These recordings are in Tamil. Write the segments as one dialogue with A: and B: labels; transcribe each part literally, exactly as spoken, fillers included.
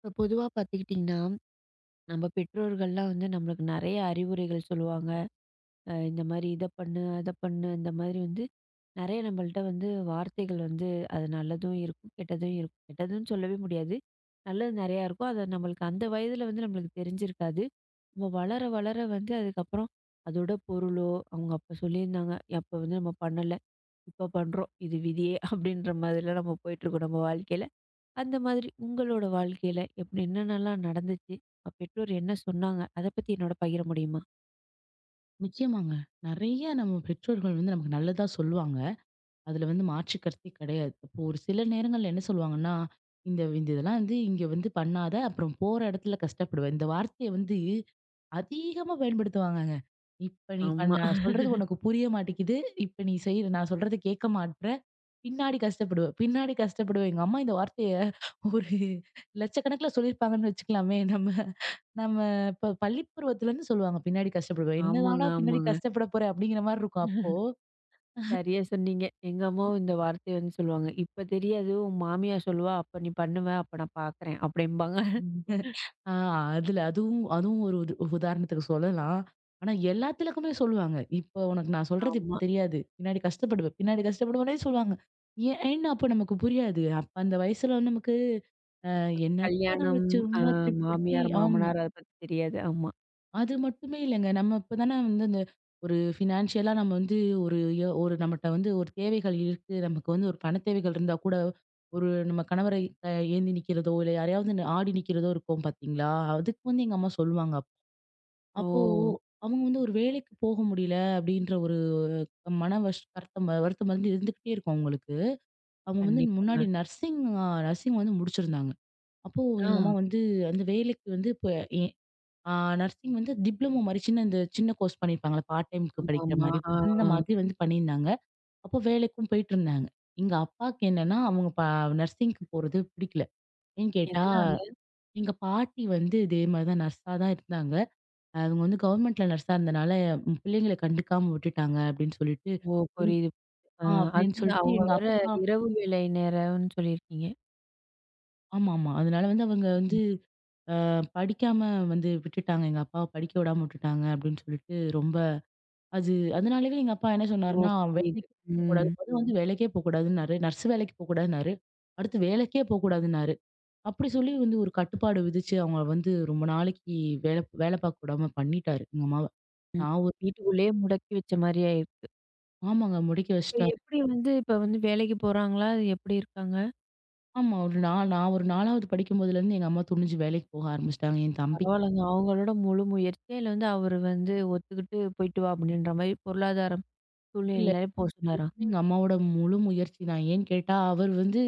A: இப்ப பொதுவா பார்த்துக்கிட்டிங்கன்னா, நம்ம பெற்றோர்கள்லாம் வந்து நம்மளுக்கு நெறைய அறிவுரைகள் சொல்லுவாங்க. அ இந்த மாரி இத பண்ணு, அத பண்ணு, இந்த மாதிரி வந்து நெறைய நம்மள்ட்ட வந்து வார்த்தைகள் வந்து அது நல்லதும் இருக்கும், கெட்டதும் இருக்கும். கெட்டதுன்னு சொல்லவே முடியாது. நல்லது நெறையா இருக்கும். அது நம்மளுக்கு அந்த வயதில வந்து நம்மளுக்கு தெரிஞ்சிருக்காது. நம்ம வளர, வளர வந்து அதுக்கப்புறம் அதோட பொருளோ, அவங்க அப்ப சொல்லியிருந்தாங்க. அப்ப வந்து நம்ம பண்ணல. இப்ப பண்றோம். இது விதியே அப்படின்ற மாதிரிலாம் நம்ம போயிட்டுருக்கோம் நம்ம வாழ்க்கையில. அந்த மாதிரி உங்களோட வாழ்க்கையில எப்படி என்னென்னலாம் நடந்துச்சு? உங்க பெற்றோர் என்ன சொன்னாங்க? அத பத்தி என்னோட பகிர முடியுமா?
B: நிச்சயமாங்க. நெறைய நம்ம பெற்றோர்கள் வந்து நமக்கு நல்லதா சொல்லுவாங்க. அதுல வந்து மாற்று கருத்தே கிடையாது. இப்போ ஒரு சில நேரங்கள்ல என்ன சொல்லுவாங்கன்னா, இந்த இந்த இதெல்லாம் வந்து இங்க வந்து பண்ணாத, அப்புறம் போற இடத்துல கஷ்டப்படுவ. இந்த வார்த்தைய வந்து அதிகமா பயன்படுத்துவாங்கங்க. இப்ப நீ பண்ண
A: ஆமா.
B: நான் சொல்றது உனக்கு புரிய மாட்டேங்குது. இப்ப நீ செய்ற நான் சொல்றத கேட்க மாட்ற. பின்னாடி கஷ்டப்படுவ. பின்னாடி கஷ்டப்படுவ. எங்க அம்மா இந்த வார்த்தைய ஒரு லட்சக்கணக்குல சொல்லியிருப்பாங்கன்னு வச்சுக்கலாமே. நம்ம நம்ம இப்ப பள்ளி பருவத்துலருந்து சொல்லுவாங்க. பின்னாடி கஷ்டப்படுவ.
A: ஆமாங்க,
B: என்னதான்டா பின்னாடி
A: ஆமாங்க.
B: கஷ்டப்பட போற அப்படிங்கிற மாரி இருக்கும் அப்போ.
A: சரியா சொன்னீங்க. எங்க அம்மாவும் இந்த வார்த்தைய வந்து சொல்லுவாங்க. "இப்ப தெரியாது, உன் மாமியார் சொல்லுவா, அப்ப நீ பண்ணுவ, அப்ப நான் பார்க்குறேன்" அப்படிம்பாங்க.
B: ஆ அதுல அதுவும் அதுவும் ஒரு உது உதாரணத்துக்கு சொல்லலாம். ஆனா எல்லா திலக்குமே சொல்லுவாங்க. "இப்போ உனக்கு நான் சொல்றது இப்ப
A: ஆமா.
B: தெரியாது. பின்னாடி கஷ்டப்படுவ. பின்னாடி கஷ்டப்படுவனே" சொல்லுவாங்க. ஏன்னு அப்ப நமக்கு புரியாது. அப்ப அந்த வயசுல வந்து நமக்கு அ என்னத்த நம்ம
A: கல்யாணம், அ
B: சும்மா திருப்பி திருப்பி
A: மாமியார்,
B: ஆம்.
A: மாமனார் அத பத்தி தெரியாது. ஆமா.
B: அது மட்டுமே இல்லங்க. நம்ம இப்ப தானே வந்து அந்த ஒரு ஃபினான்ஷியலா நம்ம வந்து ஒரு யோ ஒரு நம்மட்ட வந்து ஒரு தேவைகள் இருக்கு. நமக்கு வந்து ஒரு பண தேவைகள் இருந்தா கூட, ஒரு நம்ம கணவரை அ ஏந்தி நிக்கிறதோ, இல்ல யாரையாவது ந- ஆடி நிக்கிறதோ இருக்கும் பார்த்தீங்களா? அதுக்கு வந்து எங்க அம்மா சொல்லுவாங்க.
A: ஓ!
B: அப்போ அவங்க வந்து ஒரு வேலைக்கு போக முடியல அப்படின்ற ஒரு மன வஷ் வருத்தம் வருத்தம் வந்து இருந்துகிட்டே இருக்கும் அவங்களுக்கு. அவங்க வந்து முன்னாடி
A: கண்டிப்பாங்க.
B: நர்சிங் நர்சிங் வந்து முடிச்சிருந்தாங்க. அப்போ
A: ஆ.
B: எங்க அம்மா வந்து அந்த வேலைக்கு வந்து இப்ப எ ஆ நர்சிங் வந்து டிப்ளமோ மாரி சின்ன இந்த சின்ன கோர்ஸ் பண்ணியிருப்பாங்கல்ல, பார்ட் டைம்க்கு படிக்கிற
A: ஆமாமா.
B: மாரி.
A: ஆ,
B: அந்த
A: ஆ.
B: மாதிரி வந்து பண்ணியிருந்தாங்க. அப்போ வேலைக்கும் போயிட்டுருந்தாங்க. எங்க அப்பாக்கு என்னன்னா, அவங்க ப நர்சிங்க்கு போறது பிடிக்கல. ஏன்னு கேட்டா,
A: எதனால?
B: எங்க பாட்டி வந்து இதே மாரி தான் நர்ஸா தான் இருந்தாங்க. அவங்க வந்து கவர்மெண்ட்ல நர்ஸா இருந்தனால, ம் பிள்ளைங்கள கண்டுக்காம விட்டுட்டாங்க அப்படின்னு சொல்லிட்டு,
A: ஓ!
B: இன்
A: புரியுது. ஆ,
B: ஆ அப்படின்னு
A: அதுவும்
B: சொல்லிட்டு
A: அவங்க
B: எங்க
A: வேற
B: அப்பா
A: இரவு வேலை நேரம்னு சொல்லியிருக்கீங்க.
B: ஆமாமா. அதனால வந்து அவங்க வந்து அ படிக்காம வந்து விட்டுட்டாங்க. எங்க அப்பாவ படிக்க விடாம விட்டுட்டாங்க அப்படின்னு சொல்லிட்டு ரொம்ப அது அதனாலவே எங்க அப்பா என்ன
A: ஓ!
B: சொன்னாருன்னா,
A: புரியுது.
B: "வேலைக்கு போகக்கூடாது.
A: ம்.
B: மொத வந்து வேலைக்கே போகக்கூடாதுன்னாரு. நர்ஸ் வேலைக்கு போகக்கூடாதுன்னாரு. அடுத்து வேலைக்கே போகக்கூடாதுன்னாரு." அப்படி சொல்லி வந்து ஒரு கட்டுப்பாடு விதிச்சு அவங்கள வந்து ரொம்ப நாளைக்கு வேல வேல பார்க்க விடாம பண்ணிட்டாரு எங்க அம்மாவ. நான் ஒரு
A: வீட்டுக்குள்ளேயே முடக்கி வச்ச மாரி ஆயிருக்கு.
B: ஆமாங்க. முடக்கி
A: அப்புறம்
B: வச்சுட்டாரு.
A: எப்படி வந்து இப்ப வந்து வேலைக்கு போறாங்களா? எப்படி இருக்காங்க?
B: ஆமா. ஒரு நான் நான் ஒரு நாலாவது படிக்கும்போதுலேருந்து எங்க அம்மா துணிஞ்சு வேலைக்கு போக ஆரம்பிச்சுட்டாங்க. என் தம்பிக்கு வந்து
A: பரவால்லங்க. அவங்களோட முழு முயற்சியா இல்ல வந்து அவரு வந்து ஒத்துக்கிட்டு போயிட்டு வா அப்படின்ற மாரி பொருளாதாரம்
B: இல்ல
A: சூழ்நிலையில போ சொன்னாரா?
B: எங்க அம்மாவோட முழு முயற்சி தான். ஏன்னு கேட்டா, அவர் வந்து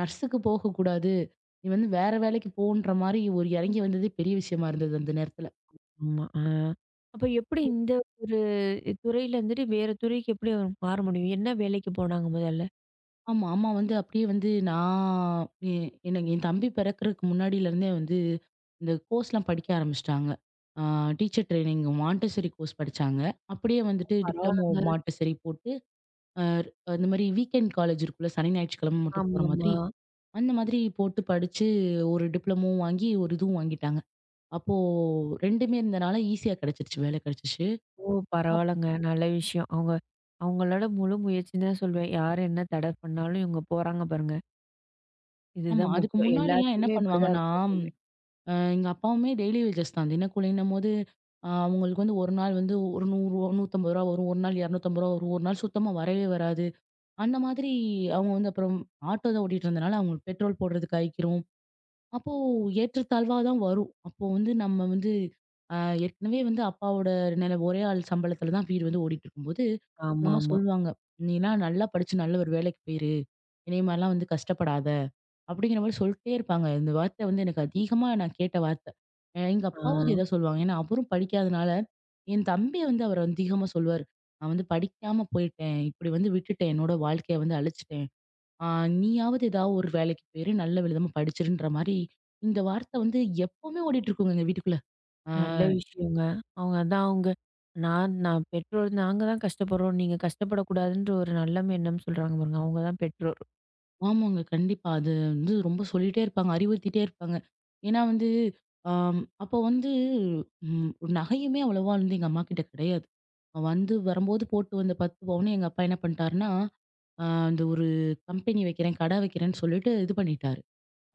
B: நர்ஸுக்கு போகக்கூடாது. நீ வந்து வேற வேலைக்கு போன்ற மாரி ஒரு இறங்கி வந்ததே பெரிய விஷயமா இருந்தது அந்த நேரத்துல.
A: ஆமா. ஆ. அப்ப எப்படி இந்த ஒரு துறையில இருந்துட்டு வேற துறைக்கு எப்படி அவர் மாற முடியும்? என்ன வேலைக்கு போனாங்க முதல்ல?
B: ஆமா. அம்மா வந்து அப்படியே வந்து நான் எ எனக்கு என் தம்பி பிறக்கறதுக்கு முன்னாடிலருந்தே வந்து இந்த கோர்ஸ்லாம் படிக்க ஆரம்பிச்சுட்டாங்க. ஆ டீச்சர் ட்ரெய்னிங் மான்டெசரி கோர்ஸ் படிச்சாங்க. அப்படியே வந்துட்டு டிப்ளமோ
A: பரவால்லங்க.
B: மான்டெசரி போட்டு அ அந்த மாரி வீக்கெண்ட் காலேஜ் இருக்குல்ல. சனி, ஞாயிற்றுக்கிழமை மட்டும் போற மாதிரி,
A: ஆமாமா.
B: அந்த மாதிரி போட்டு படிச்சு ஒரு டிப்ளமோவும் வாங்கி, ஒரு இதுவும் வாங்கிட்டாங்க. அப்போ ரெண்டுமே இருந்தனால ஈஸியா கிடைச்சிருச்சு. வேலை கிடைச்சிச்சு.
A: ஓ!
B: அப்
A: பரவால்லங்க. நல்ல விஷயம். அவங்க அவங்களோட முழு முயற்சின்னு தான் சொல்வேன். யார் என்ன தடை பண்ணாலும் இவங்க போறாங்க பாருங்க.
B: ஆமா.
A: இதுதான்
B: அதுக்கு
A: முக்கியம்.
B: முன்னாடிலாம் என்ன
A: எல்லாத்துக்குமே இப்படிதான்
B: பண்ணுவாங்கன்னா,
A: இருக்கும்னு சொல்லுவேன்.
B: அ எங்க அப்பாவுமே டெய்லி வேஜஸ் தான். தினக்கூலின்னும்போது அ அவங்களுக்கு வந்து ஒரு நாள் வந்து ஒரு ரூ. நூறு நூற்று ஐம்பது வரும். ஒரு நாள் ரூ. இருநூற்று ஐம்பது வரும். ஒரு நாள் சுத்தமா வரவே வராது. அந்த மாதிரி அவங்க வந்து அப்புறம் ஆட்டோ தான் ஓட்டிட்டு இருந்தனால, அவங்களுக்கு பெட்ரோல் போடுறதுக்கு ஆயிக்கும். அப்போ ஏற்றத்தாழ்வா தான் வரும். அப்போ வந்து நம்ம வந்து அ ஏற்கனவே வந்து அப்பாவோட நில ஒரே ஆள் சம்பளத்துல தான் வீடு வந்து ஓடிட்டுருக்கும்போது, எங்க அம்மா
A: ஆமாமா.
B: சொல்லுவாங்க. "நீலாம் நல்லா படிச்சு நல்ல ஒரு வேலைக்கு போயிரு. இனிய மாரிலாம் வந்து கஷ்டப்படாத." அப்படிங்கிற மாரி சொல்ட்டே இருப்பாங்க. இந்த வார்த்தை வந்து எனக்கு அதிகமா நான் கேட்ட வார்த்தை. அ எங்க
A: ஆ,
B: அப்பாவும் இதே தான் சொல்லுவாங்க. ஏன்னா அவரும் படிக்காதனால, என் தம்பிய வந்து அவர் அதிகமா சொல்லுவாரு. "நான் வந்து படிக்காம போயிட்டேன். இப்படி வந்து விட்டுட்டேன். என்னோட வாழ்க்கைய வந்து அழிச்சுட்டேன்." ஆ நீயாவது ஏதாவது ஒரு வேலைக்கு போயிரு, நல்ல விதமா படிச்சிருன்ற மாரி, இந்த வார்த்தை வந்து எப்பவுமே ஓடிட்டு இருக்குங்க எங்க வீட்டுக்குள்ள. ஆ
A: நல்ல விஷயங்க. அவங்க அதான் அவங்க நான் நான் பெற்றோர் நாங்க தான் கஷ்டப்படுறோம். நீங்க கஷ்டப்படக்கூடாதுன்ற ஒரு நல்ல எண்ணம் சொல்றாங்க பாருங்க. அவங்க தான் பெற்றோர்.
B: ஆமாங்க. கண்டிப்பா. அது வந்து ரொம்ப சொல்லிட்டே இருப்பாங்க. அறிவுறுத்திட்டே இருப்பாங்க. ஏன்னா வந்து ஆம், அப்போ வந்து ம் ஒரு நகையுமே அவ்வளவா வந்து எங்க அம்மாகிட்ட கிடையாது. அவ வந்து வரும்போது போட்டு வந்த பத்து பவுனு எங்க அப்பா என்ன பண்ணிட்டாருன்னா, ஆ அந்த ஒரு கம்பெனி வைக்கிறேன், கடை வைக்கிறேன்னு சொல்லிட்டு இது பண்ணிட்டாரு.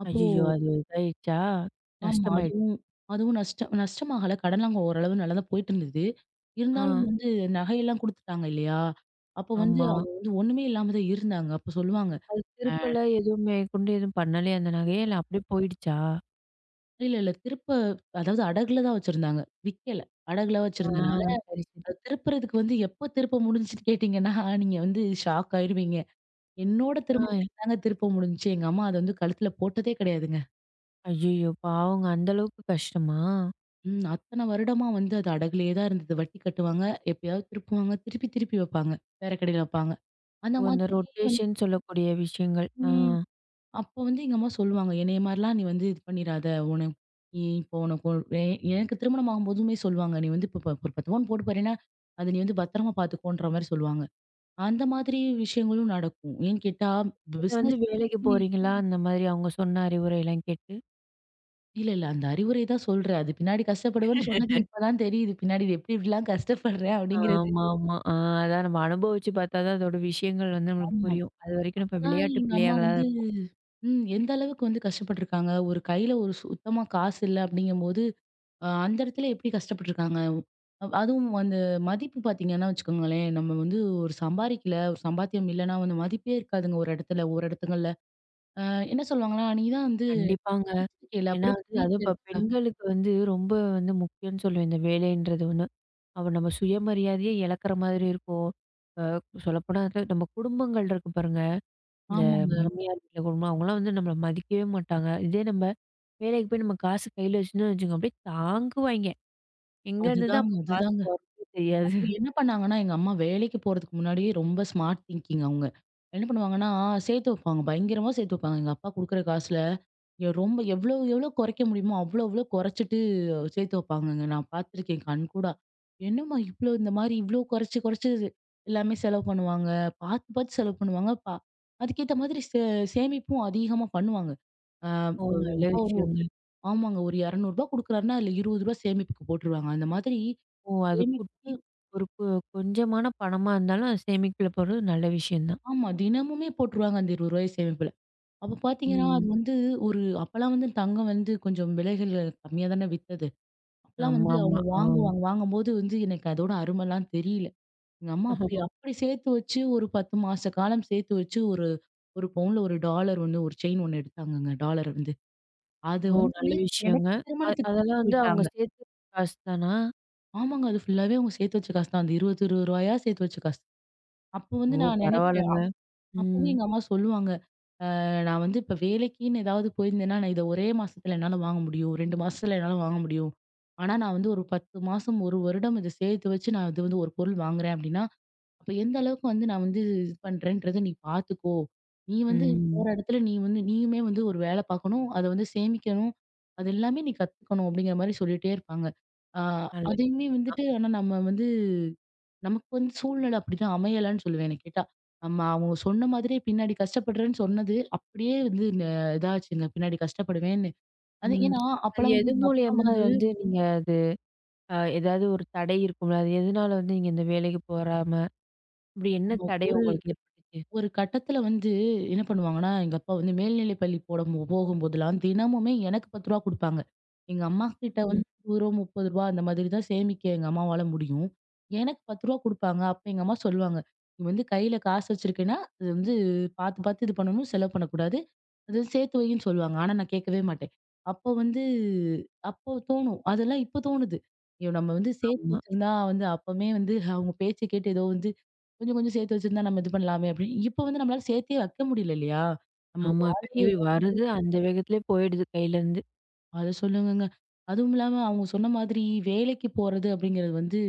B: அப்போ
A: ஐய்யயோ! அது இதாயிடுச்சா?
B: ஆமா.
A: நஷ்டமாயிடுச்சு.
B: அதுவும் அதுவும் நஷ்ட நஷ்டமாகல. கடன்லாம் ஓரளவு நல்லா தான் போயிட்டு இருந்தது.
A: ஆ,
B: இருந்தாலும் வந்து நகையெல்லாம் குடுத்துட்டாங்க இல்லையா? அப்போ வந்து
A: ஆமா.
B: அவங்க வந்து ஒண்ணுமே இல்லாம தான் இருந்தாங்க. அப்போ சொல்லுவாங்க,
A: அது
B: ஆ.
A: திருப்பல எதுவும் மேற்கொண்டு எதுவும் பண்ணலையா அந்த நகைய? இல்ல அப்படியே போயிடுச்சா?
B: "இல்ல, இல்ல திருப்ப" அதாவது அடகுல தான் வச்சிருந்தாங்க. விக்கல. அடகுல
A: ஆ,
B: வச்சிருந்தனால,
A: சரி, சரி.
B: அது திருப்புறதுக்கு வந்து எப்போ திருப்ப முடிஞ்சுன்னு கேட்டீங்கன்னா, நீங்க வந்து ஷாக் ஆயிருவீங்க. என்னோட
A: ஆ,
B: திருமணத்துக்கு தாங்க திருப்ப முடிஞ்சுச்சு. எங்க அம்மா அத வந்து கழுத்துல போட்டதே கிடையாதுங்க.
A: ஐய்யயோ! பாவங்க அந்த அளவுக்கு கஷ்டமா?
B: ம். அத்தன வருடமா வந்து அது அடகுலயே தான் இருந்தது. வட்டி கட்டுவாங்க, எப்பயாவது திருப்புவாங்க, திருப்பி திருப்பி வைப்பாங்க. பேர கடையில வைப்பாங்க. அந்த
A: ஓ! இந்த
B: மாதிரியே வந்து
A: ரொட்டேஷன் சொல்லக்கூடிய விஷயங்கள். ஆ.
B: ம். அப்போ வந்து எங்க அம்மா சொல்லுவாங்க, "என்னைய மாரிலாம் நீ வந்து இது பண்ணிறாத. உனக்கு நீ இப்போ உனக்கு ஒரு எ எனக்கு திருமணம் ஆகும்போதுமே சொல்லுவாங்க. நீ வந்து இப்ப ப ஒரு பத்து பவுன் போட்டு போறேன்னா, அத நீ வந்து பத்திரமா பார்த்துக்கோன்ற" மாரி சொல்லுவாங்க. அந்த மாதிரி விஷயங்களும் நடக்கும். ஏன்னு கேட்டா,
A: நீங்க வந்து
B: பிசினஸ்ன்னு
A: வேலைக்கு
B: சொல்லி
A: போறீங்களா? அந்த மாதிரி அவங்க சொன்ன அறிவுரைலாம் கேட்டு?
B: இல்ல, இல்ல. அந்த அறிவுரை தான் சொல்றேன். அது பின்னாடி கஷ்டப்படுவேன்னு சொன்னது இப்ப தான் தெரியுது. பின்னாடி எப்படி எப்படிலாம் கஷ்டப்படுறேன் அப்படிங்கிறது.
A: ஆமா, ஆமா. ஆ, அதான் நம்ம அனுபவிச்சு பார்த்தா தான் அதோட விஷயங்கள் வந்து நம்மளுக்கு
B: ஆமா.
A: புரியும். அதுவரைக்கும் நம்ம
B: அப்பதான்
A: விளையாட்டு
B: எங்க அம்மா
A: பிள்ளையாகளா தான்
B: வந்து
A: இருப்போம்.
B: ம். எந்த அளவுக்கு வந்து கஷ்டப்பட்டுருக்காங்க? ஒரு கையில ஒரு சுத்தமா காசு இல்ல அப்படிங்கும்போது, அ அந்த இடத்துல எப்படி கஷ்டப்பட்டுருக்காங்க? அவ் அதுவும் அந்த மதிப்பு பார்த்தீங்கன்னா வச்சுக்கோங்களேன், நம்ம வந்து ஒரு சம்பாரிக்கல, ஒரு சம்பாத்தியம் இல்லன்னா வந்து மதிப்பே இருக்காதுங்க ஒரு இடத்துல, ஒரு இடத்துங்கள்ல. அ என்ன சொல்லுவாங்கன்னா, "நீ தான் வந்து
A: கண்டிப்பாங்க.
B: படிச்சிருக்கேல,
A: ஏன்னா
B: அப்புறம்
A: வந்து
B: எதுக்கு
A: அதுவும்
B: வீட்ல
A: இப்ப
B: இருக்க?"
A: பெண்களுக்கு வந்து ரொம்ப வந்து முக்கியம்னு சொல்லுவேன் இந்த வேலைன்றது ஒண்ணு. அவ நம்ம சுயமரியாதையே இழக்கிற மாதிரி இருக்கும். அ சொல்லப்போனா அது நம்ம குடும்பங்கள் இருக்கு பாருங்க. இந்த
B: ஆமாங்க.
A: மாமியார் வீட்ல குடும்பம் அவங்கலாம் வந்து நம்மள மதிக்கவே மாட்டாங்க. இதே நம்ம வேலைக்கு போய் நம்ம காசு கையில வச்சுருந்தோம்னு வச்சுக்கோங்க, அப்படியே தாங்குவாய்ங்க. எங்க இருந்து தான்
B: அதுதாங்க,
A: அப்ப
B: அதுதாங்க.
A: பாசம் வரும்னே தெரியாது.
B: அப்போ என்ன பண்ணாங்கன்னா, எங்க அம்மா வேலைக்கு போறதுக்கு முன்னாடியே ரொம்ப ஸ்மார்ட் திங்கிங் அவுங்க. என்ன பண்ணுவாங்கன்னா, சேர்த்து வைப்பாங்க. பயங்கரமா சேர்த்து வைப்பாங்க. எங்க அப்பா குடுக்குற காசுல. எ ரொம்ப எவ்ளோ எவ்ளோ குறைக்க முடியுமோ, அவ்ளோ அவ்ளோ குறைச்சிட்டு சேர்த்து வைப்பாங்கங்க. நான் பார்த்துருக்கேன் கண்கூடா. என்னம்மா இவ்ளோ இந்த மாரி இவ்ளோ குறைச்சு குறைச்சு எல்லாமே செலவு பண்ணுவாங்க. பார்த்து பார்த்து செலவு பண்ணுவாங்க. பா அதுக்கேத்த மாதிரி சே சேமிப்பும் அதிகமா பண்ணுவாங்க. ஆ
A: ஓ!
B: ஒரு எங்க
A: நல்ல
B: அப்பா ஒரு-
A: விஷயங்க.
B: ஆமாங்க. ஒரு ரூ. இருநூறு குடுக்குறாருன்னா, அதுல ரூ. இருபது சேமிப்புக்கு போட்டுருவாங்க. அந்த மாதிரி
A: ஓ! அது
B: சேமிப்
A: குட்டி ஒரு கொ கொஞ்சமான பணமா இருந்தாலும் அது சேமிப்புல போடுறது நல்ல விஷயம் தான்.
B: ஆமா. தினமுமே போட்டுருவாங்க அந்த ரூ. இருபது சேமிப்புல. அப்ப பார்த்தீங்கன்னா, அது
A: ம்.
B: வந்து ஒரு அப்பலாம் வந்து தங்கம் வந்து கொஞ்சம் விலைகள் கம்மியா தானே வித்தது. அப்பலாம் வந்து
A: ஆமாமா.
B: அவங்க
A: ஆ.
B: வாங்குவாங்க. வாங்கும்போது வந்து எனக்கு அதோட அருமைலாம் தெரியல. எங்க அம்மா அப்படி அப்படி சேர்த்து வச்சு ஒரு பத்து மாச காலம் சேர்த்து வச்சு ஒரு ஒரு பவுன்ல ஒரு டாலர் ஒண்ணு, ஒரு செயின் ஒண்ணு எடுத்தாங்கங்க. டாலர் வந்து. அது
A: ஓ! நல்ல
B: வந்து
A: விஷயங்க.
B: எனக்கு
A: அ
B: திருமணத்துக்கு
A: அதெல்லாம்
B: குடுத்து
A: வந்து அவங்க
B: விட்டாங்க.
A: சேர்த்து காசு தானா?
B: ஆமாங்க. அது ஃபுல்லாவே அவங்க சேர்த்து வச்ச காசு தான். அந்த இருபது, ரூ. இருபது சேர்த்து வச்ச காசு. அப்போ
A: ஓ!
B: வந்து நான் நினைப்பேன்.
A: பரவாயில்லங்க. ம்.
B: அப்பவும் எங்க அம்மா சொல்லுவாங்க. நான் வந்து இப்ப வேலைக்குன்னு ஏதாவது போயிருந்தேன்னா, நான் இத ஒரே மாசத்துல என்னால வாங்க முடியும். ரெண்டு மாசத்துல என்னால வாங்க முடியும். ஆனா, நான் வந்து ஒரு பத்து மாசம், ஒரு வருடம் இத சேர்த்து வச்சு நான் இது வந்து ஒரு பொருள் வாங்குறேன் அப்டின்னா, அப்ப எந்த அளவுக்கு வந்து நான் வந்து இது பண்றேன்றத நீ பார்த்துக்கோ. நீ வந்து
A: ம்.
B: போற இடத்துல நீ வந்து நீயுமே வந்து ஒரு வேல பார்க்கணும். அத வந்து சேமிக்கணும். அது எல்லாமே நீ கத்துக்கணும் அப்டிங்கிற மாரி சொல்லிட்டே இருப்பாங்க. ஆ அதையுமே
A: நல்லதுதான்.
B: வந்துட்டு ஆனா நம்ம வந்து நமக்கு வந்து சூழ்நிலை அப்படிதான் அமையலன்னு சொல்லுவேன் என்ன கேட்டா. நம்ம அவங்க சொன்ன மாதிரியே பின்னாடி கஷ்டப்படுறேன்னு சொன்னது, அப்படியே வந்து ந இதாச்சுங்க. பின்னாடி கஷ்டப்படுவேன்னு. அது
A: ம்.
B: ஏன்னா,
A: அது
B: அப்பலாம் வந்து
A: எது
B: எங்க அப்பா
A: மூலியமா வந்து நீங்க அது அ ஏதாவது ஒரு தடை இருக்கும்ல, அது எதனால வந்து நீங்க இந்த வேலைக்கு போறாம, இப்படி என்ன தடை
B: வந்து
A: உங்களுக்கு ஏற்பட்டுச்சு?
B: ஒரு கட்டத்துல வந்து என்ன பண்ணுவாங்கன்னா, எங்க அப்பா வந்து மேல்நிலை பள்ளி போடம் போகும்போதெல்லாம் தினமுமே எனக்கு ரூ. பத்து குடுப்பாங்க. எங்க அம்மா கிட்ட
A: ம்.
B: வந்து ரூ. இருபது, ரூ. முப்பது அந்த மாதிரி தான் சேமிக்க எங்க அம்மாவால முடியும். எனக்கு ரூ. பத்து குடுப்பாங்க. அப்ப எங்க அம்மா சொல்லுவாங்க, "நீ வந்து கையில காசு வச்சிருக்கேன்னா, அது வந்து பார்த்து பார்த்து இது பண்ணணும். செலவு பண்ணக்கூடாது. அது சேர்த்து வைன்னு" சொல்லுவாங்க. ஆனா நான் கேட்கவே மாட்டேன். அப்போ வந்து அப்போ தோணும். அதெல்லாம் இப்ப தோணுது. ஐயோ! நம்ம வந்து சேர்த்து
A: ஆமா.
B: வச்சிருந்தா வந்து அப்பமே வந்து அவங்க பேச்ச கேட்டு ஏதோ வந்து கொஞ்சம், கொஞ்சம் சேர்த்து வச்சிருந்தா நம்ம இது பண்ணலாமே அப்படின்னு. இப்ப வந்து நம்மளால சேர்த்தே வைக்க முடியல இல்லையா? நம்ம
A: ஆமா.
B: வாழ்க்கையே
A: கழுவி வருது, அந்த வேகத்திலயே போயிடுது கையிலருந்து.
B: அத சொல்லுங்கங்க. அதுவும் இல்லாம அவங்க சொன்ன மாதிரி வேலைக்கு போறது அப்படிங்கிறது வந்து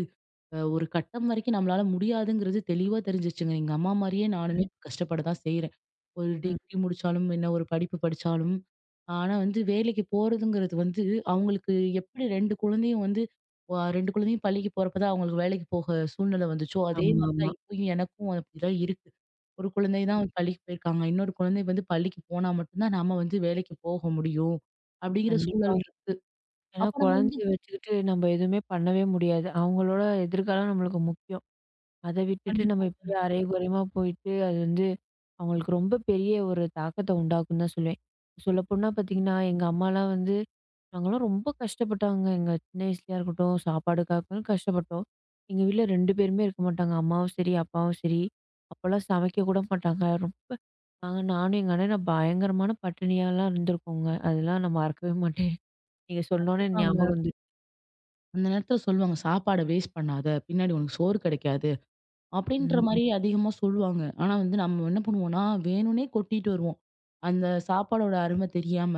B: அ ஒரு கட்டம் வரைக்கும் நம்மளால முடியாதுங்கிறது தெளிவா தெரிஞ்சிருச்சுங்க. எங்க அம்மா மாரியே நானுமே கஷ்டப்பட தான் செய்றேன். ஒரு
A: ம்.
B: டிகிரி முடிச்சாலும் என்ன ஒரு படிப்பு படிச்சாலும், ஆனா வந்து வேலைக்கு போறதுங்கிறது வந்து அவங்களுக்கு எப்படி ரெண்டு குழந்தையும் வந்து அ ரெண்டு குழந்தையும் பள்ளிக்கு போறப்ப தான் அவங்களுக்கு வேலைக்கு போக சூழ்நிலை வந்துச்சோ, அதே மாரி
A: ஆமாமா.
B: தான் இப்பயும் எனக்கும் அப்படிதான் இருக்கு. ஒரு குழந்தை தான் பள்ளிக்கு போயிருக்காங்க. இன்னொரு குழந்தை வந்து பள்ளிக்கு போனா மட்டும் தான் நம்ம வந்து வேலைக்கு போக முடியும். அப்படிங்கிற சூழல்
A: கண்டிப்பாங்க.
B: இருக்கு.
A: ஏன்னா
B: அப்ப நம்ம வந்து
A: குழந்தைய வச்சுக்கிட்டு நம்ம எதுவுமே பண்ணவே முடியாது. அவங்களோட எதிர்காலம் நம்மளுக்கு முக்கியம். அத விட்டுட்டு நம்ம
B: கண்டிப்பா
A: இப்படியே அரையும் குறையுமா போயிட்டு, அது வந்து அவங்களுக்கு ரொம்ப பெரிய ஒரு தாக்கத்த உண்டாக்கும்ன்னு தான் சொல்லுவேன். சொல்லப்போனா பார்த்தீங்கன்னா, எங்க அம்மாலாம் வந்து நாங்கலாம் ரொம்ப கஷ்டப்பட்டாங்க. எங்க சின்ன வயசுலயா இருக்கட்டும், சாப்பாடுக்காகவும் கஷ்டப்பட்டோம். எங்க வீட்ல ரெண்டு பேருமே இருக்க மாட்டாங்க. அம்மாவும் சரி, அப்பாவும் சரி. அப்போலாம் சமைக்க கூட மாட்டாங்க. ரொம்ப நாங்க நானும் எங்க அண்ணனும் பயங்கரமான பட்டினியாலாம் இருந்திருக்கோங்க. அதெல்லாம் நான் மறக்கவே மாட்டேன். நீங்க சொன்னோனே
B: கண்டிப்பாங்க.
A: ஞாபகம் வந்துச்சு.
B: அந்த நேரத்துல சொல்லுவாங்க, "சாப்பாட வேஸ்ட் பண்ணாத. பின்னாடி உனக்கு சோறு கிடைக்காது." அப்படின்ற
A: ம்.
B: மாரி அதிகமா சொல்லுவாங்க. ஆனா வந்து நம்ம என்ன பண்ணுவோம்னா, வேணும்னே கொட்டிட்டு வருவோம். அந்த சாப்பாடோட அருமை தெரியாம,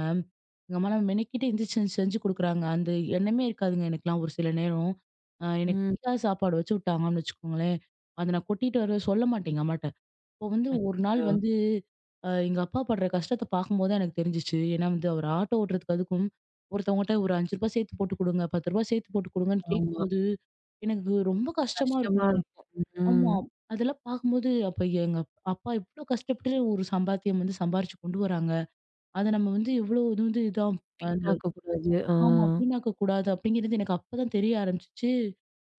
B: எங்க அம்மாலாம் மெனக்கிட்டு எந்திரிச்சு செஞ்சு குடுக்குறாங்க. அந்த எண்ணமே இருக்காதுங்க எனக்கெல்லாம் ஒரு சில நேரம். அ எனக்கு
A: ம்.
B: பிடிக்காத சாப்பாடு வச்சு விட்டாங்கன்னு வச்சுக்கோங்களேன், அத நான் கொட்டிட்டு வர சொல்ல மாட்டேன் எங்க அம்மாட்ட. அப்போ வந்து ஒரு நாள்
A: அச்சச்சோ!
B: வந்து அ எங்க அப்பா படுற கஷ்டத்த பார்க்கும்போது தான் எனக்கு தெரிஞ்சுச்சு. ஏன்னா வந்து அவர் ஆட்டோ ஓட்டுறதுக்கு அதுக்கும் ஒருத்தவங்கட்ட ஒரு ரூ. அஞ்சு சேர்த்து போட்டு குடுங்க, ரூ. பத்து சேர்த்து போட்டு குடுங்கன்னு
A: ஆமா.
B: கேட்கும்போது, எனக்கு ரொம்ப கஷ்டமா
A: கஷ்டமா
B: இருக்கும்.
A: இருக்கும். ம்.
B: ஆமா. அதெல்லாம் பார்க்கும்போது, அப்ப எங்க அப்பா எவ்ளோ கஷ்டப்பட்டு ஒரு சம்பாத்தியம் வந்து சம்பாரிச்சு கொண்டு வராங்க. அத நம்ம வந்து எவ்ளோ இது வந்து இதா அந்த
A: வீணாக்கக்கூடாது. ஆ.
B: ஆமா வீணாக்க கூடாது அப்படிங்கிறது எனக்கு அப்பதான் தெரிய ஆரம்பிச்சுச்சு.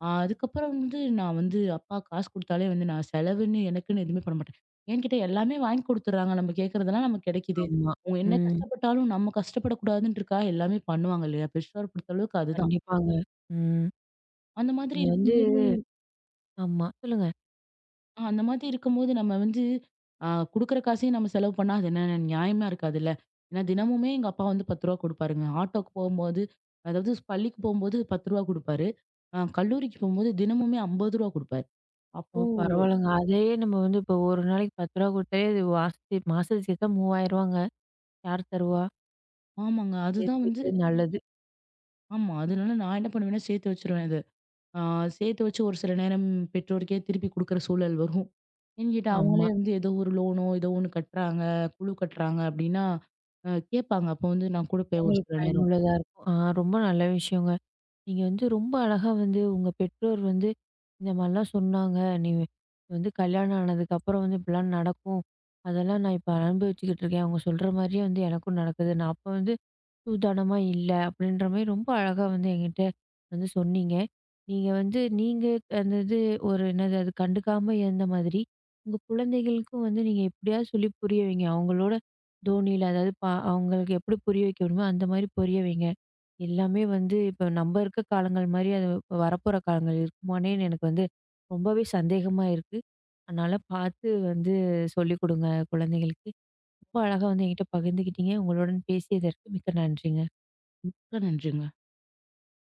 B: அ அதுக்கப்புறம் வந்து நான் வந்து அப்பா காசு குடுத்தாலே வந்து நான் செலவுன்னு எனக்குன்னு எதுவுமே பண்ண மாட்டேன். ஏன்னு கேட்டா எல்லாமே வாங்கி குடுத்துடுறாங்க. நம்ம கேட்கறதெல்லாம் நமக்கு கிடைக்குது.
A: ஆமா.
B: அவங்க என்ன
A: ம்.
B: கஷ்டப்பட்டாலும் நம்ம கஷ்டப்படக்கூடாதுன்றதுக்காக எல்லாமே பண்ணுவாங்க இல்லையா? பெற்றோர் பொறுத்த அளவுக்கு அதுதான்.
A: கண்டிப்பாங்க. ம்.
B: அந்த மாதிரி
A: நீங்க வந்து
B: இருக்கும்
A: ஆமா. சொல்லுங்க.
B: ஆ அந்த மாதிரி இருக்கும்போது நம்ம வந்து ஆ குடுக்குற காசையும் நம்ம செலவு பண்ணா, அது என்ன நியாயமா இருக்காதுல்ல. ஏன்னா தினமுமே எங்க அப்பா வந்து ரூ. பத்து குடுப்பாருங்க. ஆட்டோக்கு போம்போது, அதாவது பள்ளிக்கு போம்போது ரூ. பத்து குடுப்பாரு. அ கல்லூரிக்கு போம்போது தினமுமே ரூ. ஐம்பது குடுப்பாரு.
A: ஓ!
B: அப்போ
A: பரவால்லங்க. அதையே நம்ம வந்து இப்போ ஒரு நாளைக்கு ரூ. பத்து குடுத்தாலே அது மாசத்து மாசத்துக்கு சேர்த்தா ரூ. 3000ங்க. யார் தருவா?
B: ஆமாங்க.
A: சேர்த்து
B: அதுதான் வந்து
A: வைக்கிறது நல்லது.
B: ஆமா. அதனால நான் என்ன பண்ணுவேன்னா, சேர்த்து வச்சுருவேன் அத. ஆ சேர்த்து வச்சு ஒரு சில நேரம் பெற்றோருக்கே திருப்பி குடுக்குற சூழல் வரும். ஏன்னு கேட்டா,
A: ஆமா.
B: அவங்களே வந்து ஏதோ ஒரு லோனோ, ஏதோ ஒண்ணு கட்டுறாங்க, குழு கட்டுறாங்க அப்படின்னா, அ கேட்பாங்க. அப்போ வந்து நான் குடுப்பேன் ஒரு
A: உங்களுக்கு
B: சில நேரம்.
A: பயனுள்ளதா இருக்கும். ஆ, ரொம்ப நல்ல விஷயங்க. நீங்க வந்து ரொம்ப அழகா வந்து உங்க பெற்றோர் வந்து இந்த மாரிலாம் சொன்னாங்க. நீ வந்து கல்யாணம் ஆனதுக்கப்புறம் வந்து இப்படிலாம் நடக்கும். அதெல்லாம் நான் இப்ப அனுபவிச்சுக்கிட்டு இருக்கேன். அவங்க சொல்ற மாரியே வந்து எனக்கும் நடக்குது. நான் அப்ப வந்து சூதானமா இல்ல அப்படின்ற மாரி ரொம்ப அழகா வந்து என்கிட்ட வந்து சொன்னீங்க. நீங்க வந்து நீங்க அந்த இது ஒரு என்னது அது கண்டுக்காம இருந்த மாதிரி, உங்க குழந்தைகளுக்கும் வந்து நீங்க எப்படியாவது சொல்லி புரிய வைங்க. அவங்களோட தோணியில அதாவது பா அவங்களுக்கு எப்படி புரிய வைக்க முடியுமோ அந்த மாரி புரிய வைங்க. எல்லாமே வந்து இப்ப நம்ம இருக்க காலங்கள் மாரி அது இப்ப வரப்போற காலங்கள் இருக்குமானேன்னு எனக்கு வந்து ரொம்பவே சந்தேகமா இருக்கு. அதனால பார்த்து வந்து சொல்லிக் கொடுங்க குழந்தைகளுக்கு. ரொம்ப அழகா வந்து என்கிட்ட பகிர்ந்துக்கிட்டீங்க. உங்களுடன் பேசியதற்கு மிக்க நன்றிங்க.
B: மிக்க நன்றிங்க.